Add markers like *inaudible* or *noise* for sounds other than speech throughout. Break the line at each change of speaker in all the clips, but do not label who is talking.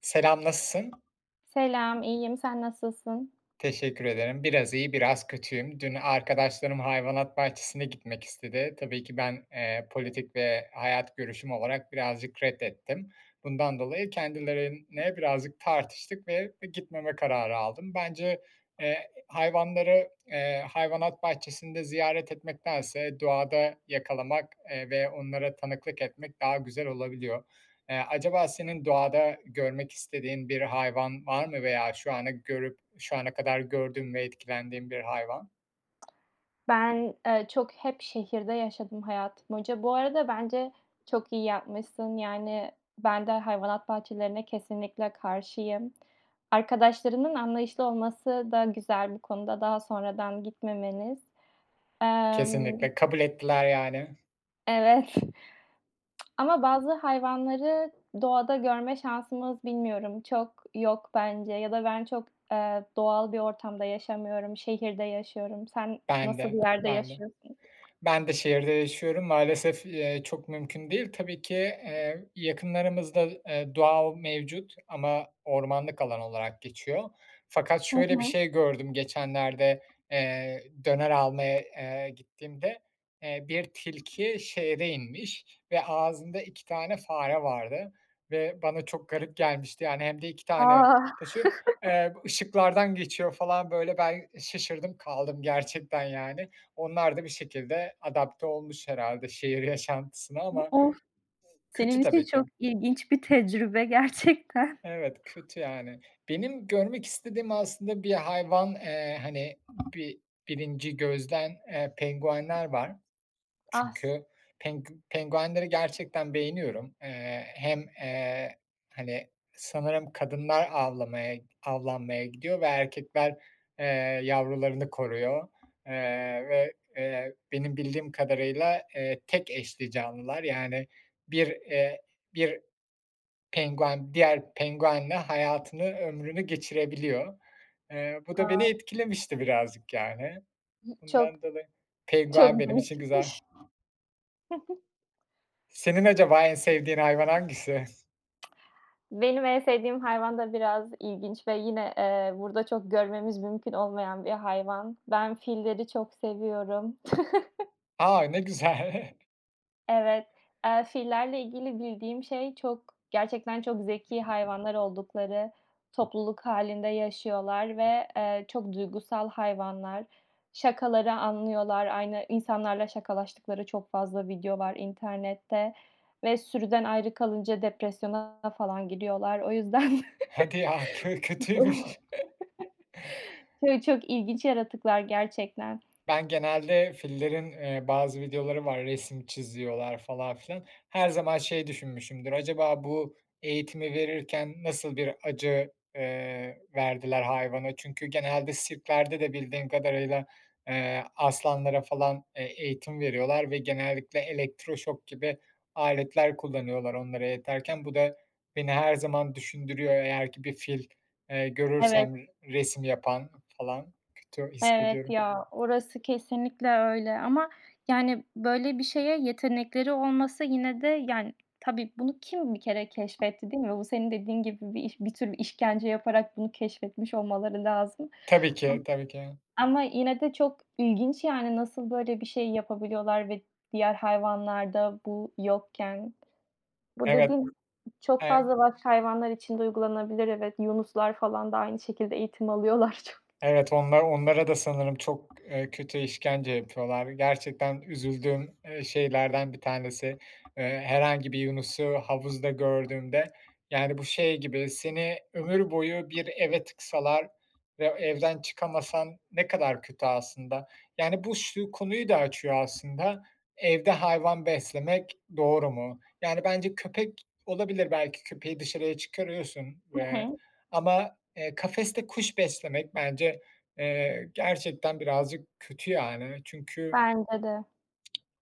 Selam, nasılsın?
Selam, iyiyim. Sen nasılsın?
Teşekkür ederim. Biraz iyi, biraz kötüyüm. Dün arkadaşlarım hayvanat bahçesine gitmek istedi. Tabii ki ben, politik ve hayat görüşüm olarak birazcık reddettim. Bundan dolayı kendilerine birazcık tartıştık ve gitmeme kararı aldım. Bence, hayvanları, hayvanat bahçesinde ziyaret etmektense doğada yakalamak, ve onlara tanıklık etmek daha güzel olabiliyor. Acaba senin doğada görmek istediğin bir hayvan var mı veya şu ana görüp şu ana kadar gördüğün ve etkilendiğin bir hayvan?
Ben, çok hep şehirde yaşadım hayatım boyunca. Bu arada bence çok iyi yapmışsın. Yani, ben de hayvanat bahçelerine kesinlikle karşıyım. Arkadaşlarının anlayışlı olması da güzel bu konuda, daha sonradan gitmemeniz. Emm
Kesinlikle kabul ettiler yani.
Evet. *laughs* Ama bazı hayvanları doğada görme şansımız bilmiyorum çok yok bence ya da ben çok, doğal bir ortamda yaşamıyorum, şehirde yaşıyorum. Sen
Ben
nasıl
de,
bir yerde
ben de.
yaşıyorsun?
Ben de şehirde yaşıyorum. Maalesef, çok mümkün değil. Tabii ki, yakınlarımızda, doğa mevcut ama ormanlık alan olarak geçiyor. Fakat
Hı
şöyle bir
hı.
şey gördüm geçenlerde, döner almaya, gittiğimde, bir tilki şehre inmiş ve ağzında 2 tane fare vardı ve bana çok garip gelmişti. Yani hem de 2 tane
A!
taşıyor. Işıklardan geçiyor falan, böyle ben şaşırdım kaldım gerçekten yani. Onlar da bir şekilde adapte olmuş herhâlde şehir yaşantısına ama
Of! Senin
kötü
için
tabii ki.
çok ilginç bir tecrübe gerçekten.
Evet, kötü yani. Benim görmek istediğim aslında bir hayvan, hani, bir 1'inci gözden, penguenler var.
As
Çünkü penguenleri gerçekten beğeniyorum. Hem, hani, sanırım kadınlar avlanmaya gidiyor ve erkekler, eee, yavrularını koruyor, benim bildiğim kadarıyla, tek eşli canlılar. Yani bir, eee, bir penguen diğer penguenle hayatını, ömrünü geçirebiliyor. Bu da beni
a
etkilemişti birazcık yani.
çok
Bundan dolayı
çok
penguen benim için
değişik.
güzel.
*laughs*
Senin acaba en sevdiğin hayvan hangisi?
Benim en sevdiğim hayvan da biraz ilginç ve yine, burada çok görmemiz mümkün olmayan bir hayvan. Ben filleri çok seviyorum.
A! Ne güzel.
Evet, fillerle ilgili bildiğim şey çok gerçekten çok zeki hayvanlar oldukları, topluluk halinde yaşıyorlar
*laughs*
ve, çok duygusal hayvanlar. Şakaları anlıyorlar, aynı insanlarla şakalaştıkları çok fazla video var internette ve sürüden ayrı kalınca depresyona falan giriyorlar. O yüzden
Hadi ya, kötüymüş.
*laughs* çok çok ilginç yaratıklar gerçekten.
Ben genelde fillerin, bazı videoları var, resim çiziyorlar falan filan. Her zaman şey düşünmüşümdür, acaba bu eğitimi verirken nasıl bir acı, verdiler hayvana? Çünkü genelde sirklerde de bildiğim kadarıyla, aslanlara falan, eğitim veriyorlar ve genellikle elektroşok gibi aletler kullanıyorlar onlara yeterken. Bu da beni her zaman düşündürüyor, eğer ki bir fil,
Evet.
görürsem, resim yapan falan, kötü
Evet
hissediyorum.
ya, orası kesinlikle öyle ama, yani, böyle bir şeye yetenekleri olması yine de, yani, tabii bunu kim bir kere keşfetti, değil mi? Bu senin dediğin gibi bir iş bir tür işkence yaparak bunu keşfetmiş olmaları lazım.
Tabii ki,
Am
tabii ki.
ama yine de çok ilginç, yani, nasıl böyle bir şey yapabiliyorlar ve diğer hayvanlarda bu yokken. Bu
Evet,
dediğin çok
eee,
fazla başka hayvanlar için de uygulanabilir. Evet, yunuslar falan da aynı şekilde eğitim alıyorlar. *laughs* çok.
Evet, onlara da sanırım çok, kötü işkence yapıyorlar. Gerçekten üzüldüğüm, şeylerden bir tanesi. Herhangi bir Yunus'u havuzda gördüğümde, yani, bu şey gibi, seni ömür boyu bir eve tıksalar ve evden çıkamasan ne kadar kötü aslında. Yani, bu şu konuyu da açıyor aslında, evde hayvan beslemek doğru mu? Yani, bence köpek olabilir, belki köpeği dışarıya çıkarıyorsun,
Hı
ve
hı.
ama kafeste kuş beslemek bence, gerçekten birazcık kötü yani. Çünkü
Bence de.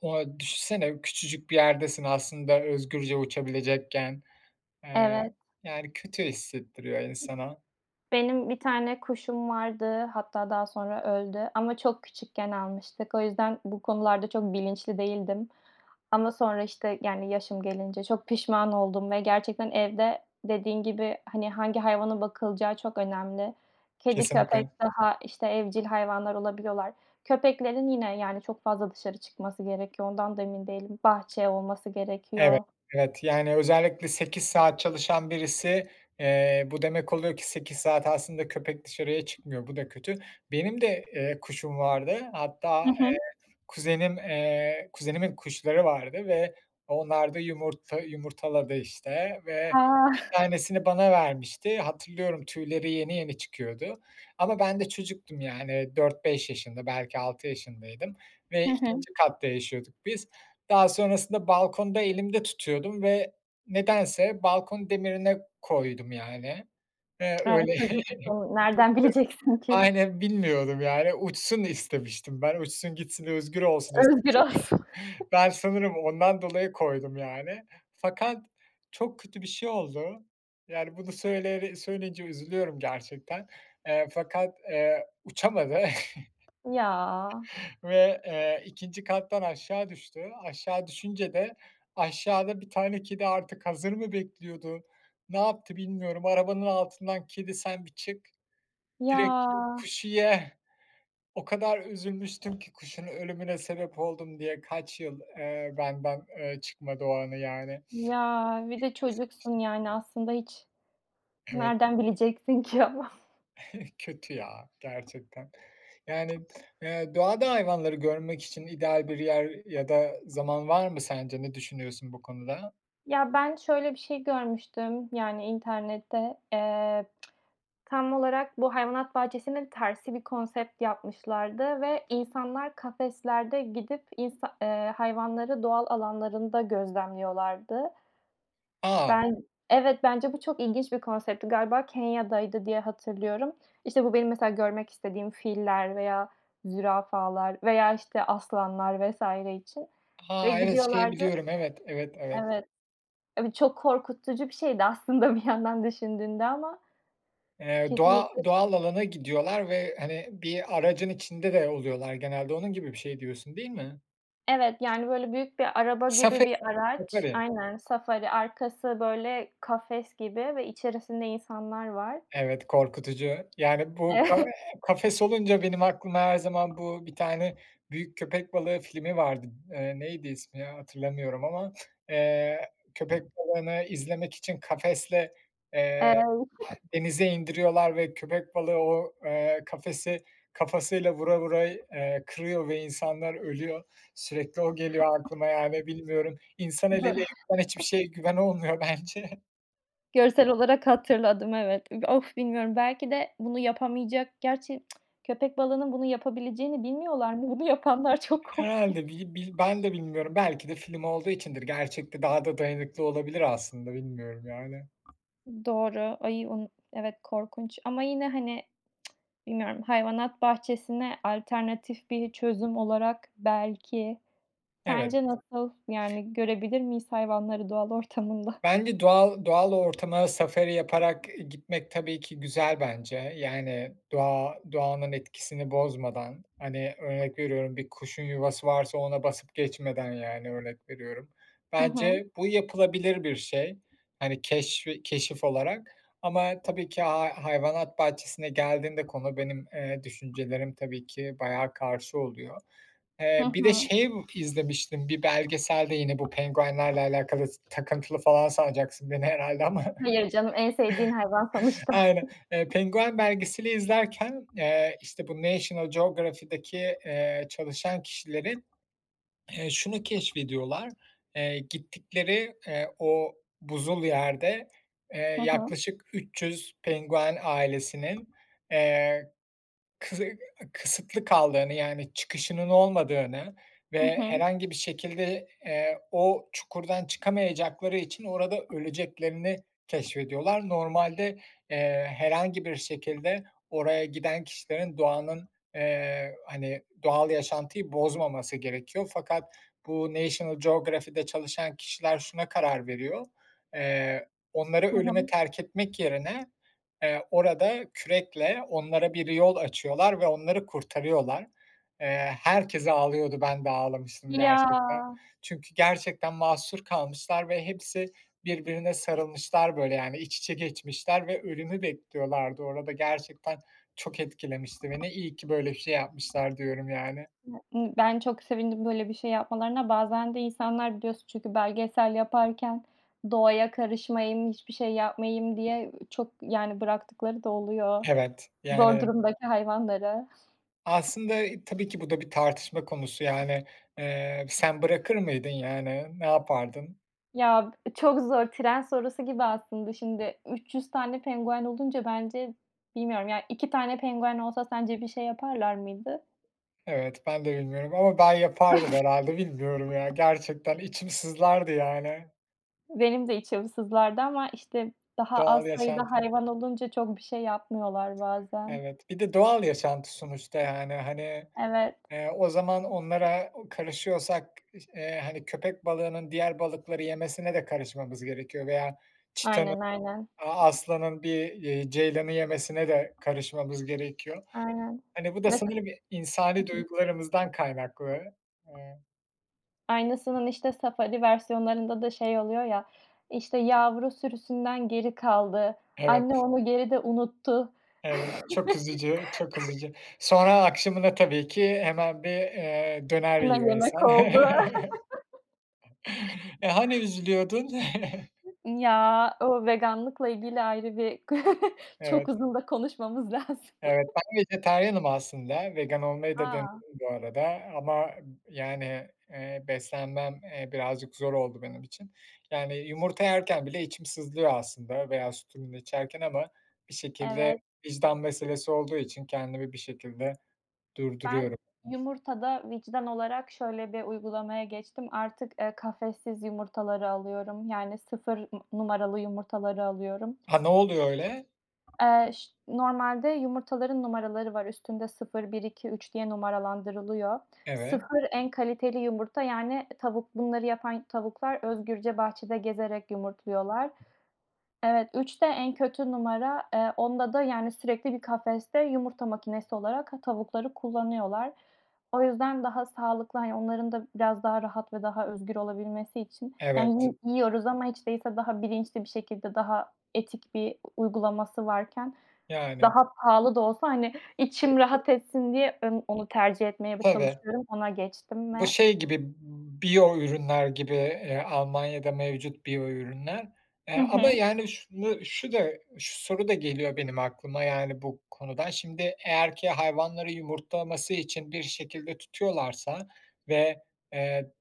o, düşünsene, küçücük bir yerdesin aslında özgürce uçabilecekken.
Evet.
Eee, Yani kötü hissettiriyor insana.
Benim bir tane kuşum vardı, hatta daha sonra öldü ama çok küçükken almıştık. O yüzden bu konularda çok bilinçli değildim ama sonra, işte, yani, yaşım gelince çok pişman oldum ve gerçekten evde dediğin gibi, hani, hangi hayvana bakılacağı çok önemli. Kedi, köpek
Kesinlikle.
daha, işte, evcil hayvanlar olabiliyorlar. Köpeklerin yine, yani, çok fazla dışarı çıkması gerekiyor, ondan da emin değilim. Bahçe olması
Evet,
gerekiyor.
evet. Yani özellikle 8 saat çalışan birisi, bu demek oluyor ki 8 saat aslında köpek dışarıya çıkmıyor. Bu da kötü. Benim de, kuşum vardı.
Hı
Hatta
hı.
kuzenimin kuşları vardı ve onlar da yumurta yumurtaladı, işte, ve bir
A!
tanesini bana vermişti. Hatırlıyorum, tüyleri yeni yeni çıkıyordu ama ben de çocuktum, yani, 4-5 yaşında, belki 6 yaşındaydım
Hı
ve
hı. *laughs*
ikinci katta yaşıyorduk biz. Daha sonrasında balkonda elimde tutuyordum ve nedense balkon demirine koydum, yani.
Evet,
Öyle. *laughs*
çocuksun, nereden bileceksin ki?
Aynen, bilmiyordum, yani. Uçsun istemiştim ben, uçsun gitsin, özgür olsun.
Özgür ol.
Ben sanırım ondan dolayı koydum, yani. Fakat çok kötü bir şey oldu. Yani bunu söyleyince üzülüyorum gerçekten. Fakat uçamadı. *laughs*
Ya,
Ve, 2. kattan aşağı düştü. Aşağı düşünce de aşağıda bir tane kedi artık hazır mı bekliyordu, ne yaptı bilmiyorum. Arabanın altından, "Kedi, sen bir çık,
ya,
direkt kuşu ye." O kadar üzülmüştüm ki kuşun ölümüne sebep oldum diye kaç yıl, benden, çıkmadı o anı, yani.
ya, bir de
Kes
çocuksun, yani, aslında hiç
Evet,
nereden bileceksin ki ama. *laughs*
*laughs* kötü ya gerçekten. Yani, doğada hayvanları görmek için ideal bir yer ya da zaman var mı sence? Ne düşünüyorsun bu konuda?
Ya, ben şöyle bir şey görmüştüm, yani, internette. Tam olarak bu hayvanat bahçesinin tersi bir konsept yapmışlardı ve insanlar kafeslerde gidip insa hayvanları doğal alanlarında gözlemliyorlardı.
A!
Ben Evet, bence bu çok ilginç bir konseptti. Galiba Kenya'daydı diye hatırlıyorum. İşte, bu benim mesela görmek istediğim filler veya zürafalar veya, işte, aslanlar vs. için ve
A, evet, şey
gidiyorlardı.
biliyorum. Evet, evet, evet.
Evet, evet, çok korkutucu bir şeydi aslında *laughs* bir yandan düşündüğünde ama
Doğa
kesinlikle
doğal alana gidiyorlar ve, hani, bir aracın içinde de oluyorlar genelde. Onun gibi bir şey diyorsun, değil mi?
Evet, yani, böyle, büyük bir araba gibi
Safari,
bir araç.
safari.
Aynen, safari. Arkası, böyle, kafes gibi ve içerisinde insanlar var.
Evet, korkutucu. Yani, bu
*laughs*
*laughs* kafes olunca benim aklıma her zaman bu, bir tane büyük köpek balığı filmi vardı. Neydi ismi ya, hatırlamıyorum ama, eee, köpek balığını izlemek için kafesle, eee,
Eee,
denize indiriyorlar ve köpek balığı o, kafesi kafasıyla vura vura, kırıyor ve insanlar ölüyor. Sürekli o geliyor aklıma, yani, bilmiyorum. İnsan eliyle
eee,
yapılan hiçbir şeye güven olmuyor *laughs* bence.
Görsel olarak hatırladım, evet. Of, bilmiyorum, belki de bunu yapamayacak Gerçi köpek balığının bunu yapabileceğini bilmiyorlar mı? Bunu yapanlar *laughs* çok korkunç.
Herhalde, bi bil ben de bilmiyorum. Belki de film olduğu içindir. Gerçekte daha da dayanıklı olabilir aslında, bilmiyorum yani.
Doğru. Ay, onu Evet, korkunç ama yine, hani, bilmiyorum, hayvanat bahçesine alternatif bir çözüm olarak belki.
Evet.
Sence nasıl? Yani görebilir miyiz hayvanları doğal ortamında?
Bence doğal ortama safari yaparak gitmek tabii ki güzel bence. Yani doğanın etkisini bozmadan, hani, örnek veriyorum, bir kuşun yuvası varsa ona basıp geçmeden, yani, örnek veriyorum.
Hı hı.
Bence bu yapılabilir bir şey, hani, keşif olarak, ama tabii ki hayvanat bahçesine geldiğinde konu, benim, düşüncelerim tabii ki bayağı karşı oluyor.
Hı
Bir de
hı.
şey izlemiştim, bir belgeselde, yine bu penguenlerle alakalı, takıntılı falan sanacaksın beni herhâlde ama
Hayır canım, en sevdiğin hayvan
*laughs*
sonuçta.
aynen. Penguen belgeseli izlerken, işte, bu National Geographic'deki, çalışan kişilerin, şunu keşfediyorlar, gittikleri, o buzul yerde,
Hı hı.
yaklaşık 300 penguen ailesinin, eee Kı kısıtlı kaldığını, yani çıkışının olmadığını
Hı
ve
hı.
herhangi bir şekilde, o çukurdan çıkamayacakları için orada öleceklerini keşfediyorlar. Normalde, herhangi bir şekilde oraya giden kişilerin, doğanın, hani, doğal yaşantıyı bozmaması gerekiyor. Fakat bu National Geography'de çalışan kişiler şuna karar veriyor: Eee, onları
Hı
ölüme
hı.
terk etmek yerine, orada kürekle onlara bir yol açıyorlar ve onları kurtarıyorlar. Eee, Herkes ağlıyordu, ben de ağlamıştım
Ya!
gerçekten. Çünkü gerçekten mahsur kalmışlar ve hepsi birbirine sarılmışlar, böyle, yani, iç içe geçmişler ve ölümü bekliyorlardı orada. Gerçekten çok etkilemişti beni. İyi ki böyle bir şey yapmışlar diyorum, yani.
Imm, ben çok sevindim böyle bir şey yapmalarına. Bazen de insanlar biliyorsun çünkü belgesel yaparken doğaya karışmayayım, hiçbir şey yapmayayım diye çok, yani, bıraktıkları da oluyor
Evet,
zor
yani,
durumdaki hayvanları.
aslında, tabii ki bu da bir tartışma konusu, yani. Sen bırakır mıydın, yani? Ne yapardın?
Ya, çok zor. Tren sorusu gibi aslında. Şimdi 300 tane penguen olunca bence bilmiyorum, yani 2 tane penguen olsa sence bir şey yaparlar mıydı?
Evet, ben de bilmiyorum ama ben yapardım herhâlde, bilmiyorum ya. Gerçekten içim sızlardı, yani.
Benim de içim sızlardı ama, işte, daha
Doğal
az sayıda
yaşantı.
hayvan olunca çok bir şey yapmıyorlar bazen.
Evet, bir de doğal yaşantı sonuçta, yani, hani,
Evet.
o zaman onlara karışıyorsak, hani, köpek balığının diğer balıkları yemesine de karışmamız gerekiyor, veya çitanın,
Aynen, aynen.
aslanın bir, ceylanı yemesine de karışmamız gerekiyor.
Aynen.
Hani, bu da
Mesela
sanırım
Hı
insani
hı.
duygularımızdan kaynaklı. Eee
Aynısının, işte, safari versiyonlarında da şey oluyor ya, işte, yavru sürüsünden geri kaldı, anne
Evet.
onu geride unuttu,
Evet, çok üzücü, çok üzücü. Sonra akşamına tabii ki hemen bir, döner
buna
yiyor
yemek
insan.
oldu.
*laughs* E, hani üzülüyordun? *laughs*
Ya, o veganlıkla ilgili ayrı bir *laughs* çok
Evet,
uzun da konuşmamız *laughs* lazım.
evet. Ben vejetaryenim aslında. Vegan olmayı da denedim
A!
bu arada ama yani, beslenmem, birazcık zor oldu benim için. Yani yumurta yerken bile içim sızlıyor aslında veya süt ürünü içerken ama bir şekilde
Evet.
vicdan meselesi olduğu için kendimi bir şekilde
Ben
durduruyorum.
yumurtada vicdan olarak şöyle bir uygulamaya geçtim. Artık, kafessiz yumurtaları alıyorum. Yani sıfır numaralı yumurtaları alıyorum.
Ha, ne oluyor öyle?
Ş normalde yumurtaların numaraları var. Üstünde sıfır bir iki üç diye numaralandırılıyor.
Evet.
Sıfır en kaliteli yumurta, yani bunları yapan tavuklar özgürce bahçede gezerek yumurtluyorlar. Evet, üçte en kötü numara. Onda da, yani, sürekli bir kafeste yumurta makinesi olarak tavukları kullanıyorlar. O yüzden daha sağlıklı, hani, onların da biraz daha rahat ve daha özgür olabilmesi için, yani,
Evet,
yiyoruz ama hiç değilse daha bilinçli bir şekilde, daha etik bir uygulaması varken
yani,
daha pahalı da olsa, hani, içim rahat etsin diye onu tercih etmeye
tabii.
çalışıyorum. Ona geçtim
Bu
ve
şey gibi, biyo ürünler gibi, Almanya'da mevcut biyo ürünler.
Hı
Ama
hı.
yani, şu soru da geliyor benim aklıma yani bu konudan. Şimdi eğer ki hayvanları yumurtlaması için bir şekilde tutuyorlarsa ve, eee,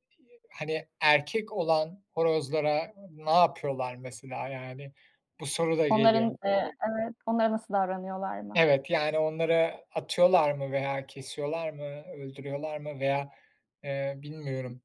hani, erkek olan horozlara ne yapıyorlar mesela? Yani bu soru da geliyor.
Onların, Evet, onlara nasıl davranıyorlar mı?
Evet, yani onları atıyorlar mı veya kesiyorlar mı, öldürüyorlar mı veya, bilmiyorum.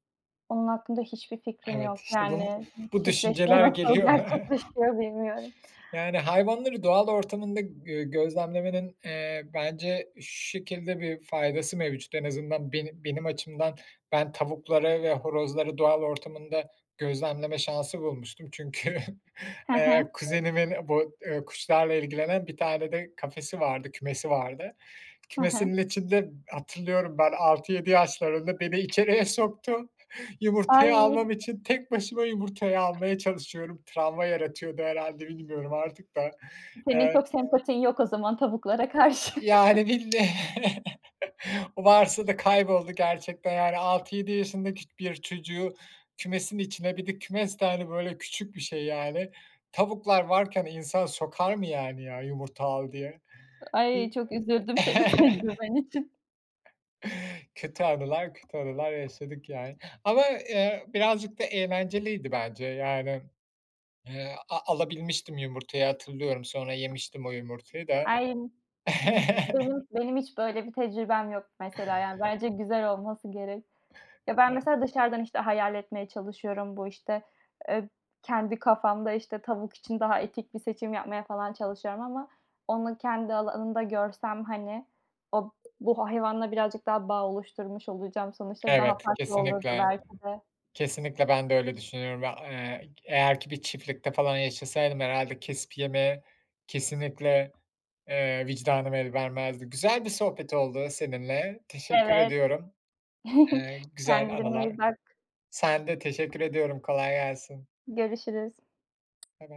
Onun hakkında hiçbir fikrim
Evet,
yok.
işte bu
Yani
bu
çiftleşme
düşünceler
nasıl *laughs*
geliyor. *laughs*
gerçekleşiyor bilmiyorum.
Yani hayvanları doğal ortamında, gözlemlemenin, bence şu şekilde bir faydası mevcut, en azından benim açımdan. Ben tavukları ve horozları doğal ortamında gözlemleme şansı bulmuştum. Çünkü, *laughs*
Hı hı.
kuzenimin bu, kuşlarla ilgilenen bir tane de kafesi vardı, kümesi vardı.
Hı hı.
Kümesinin içinde hatırlıyorum, ben 6-7 yaşlarında, beni içeriye soktu. *laughs*
Ay,
Yumurtayı almam için tek başıma yumurtayı almaya çalışıyorum. Travma yaratıyordu herhalde, bilmiyorum artık da.
senin
Eee,
çok sempatin yok o zaman tavuklara karşı.
Yani *laughs* varsa da kayboldu gerçekten, yani 6-7 yaşındaki bir çocuğu kümesin içine, bir de kümes de, hani, böyle küçük bir şey yani. Tavuklar varken insan sokar mı yani, ya yumurta al diye?
*laughs* Ay,
Bir
çok üzüldüm senin
*laughs*
tecrüben için.
*laughs* Kötü anılar, kötü anılar yaşadık, yani. Ama, birazcık da eğlenceliydi bence. Yani, alabilmiştim yumurtayı, hatırlıyorum. Sonra yemiştim o yumurtayı da.
Ay,
*laughs*
benim hiç böyle bir tecrübem yok mesela, yani, bence güzel olması gerek. Ya, ben mesela dışarıdan, işte, hayal etmeye çalışıyorum. Bu, işte, eee, kendi kafamda, işte, tavuk için daha etik bir seçim yapmaya falan çalışıyorum ama onu kendi alanımda görsem, hani, o bu hayvanla birazcık daha bağ oluşturmuş olacağım sonuçta. Daha
Evet,
farklı olurdu
kesinlikle.
belki de.
Kesinlikle ben de öyle düşünüyorum ve, eğer ki bir çiftlikte falan yaşasaydım herhâlde kesip yemeye kesinlikle, vicdanım el vermezdi. Güzel bir sohbet oldu seninle. Teşekkür
Evet.
ediyorum.
*laughs*
Güzel
Kendine iyi
anılar.
bak.
Sen de, teşekkür ediyorum. Kolay gelsin.
Görüşürüz.
Evet.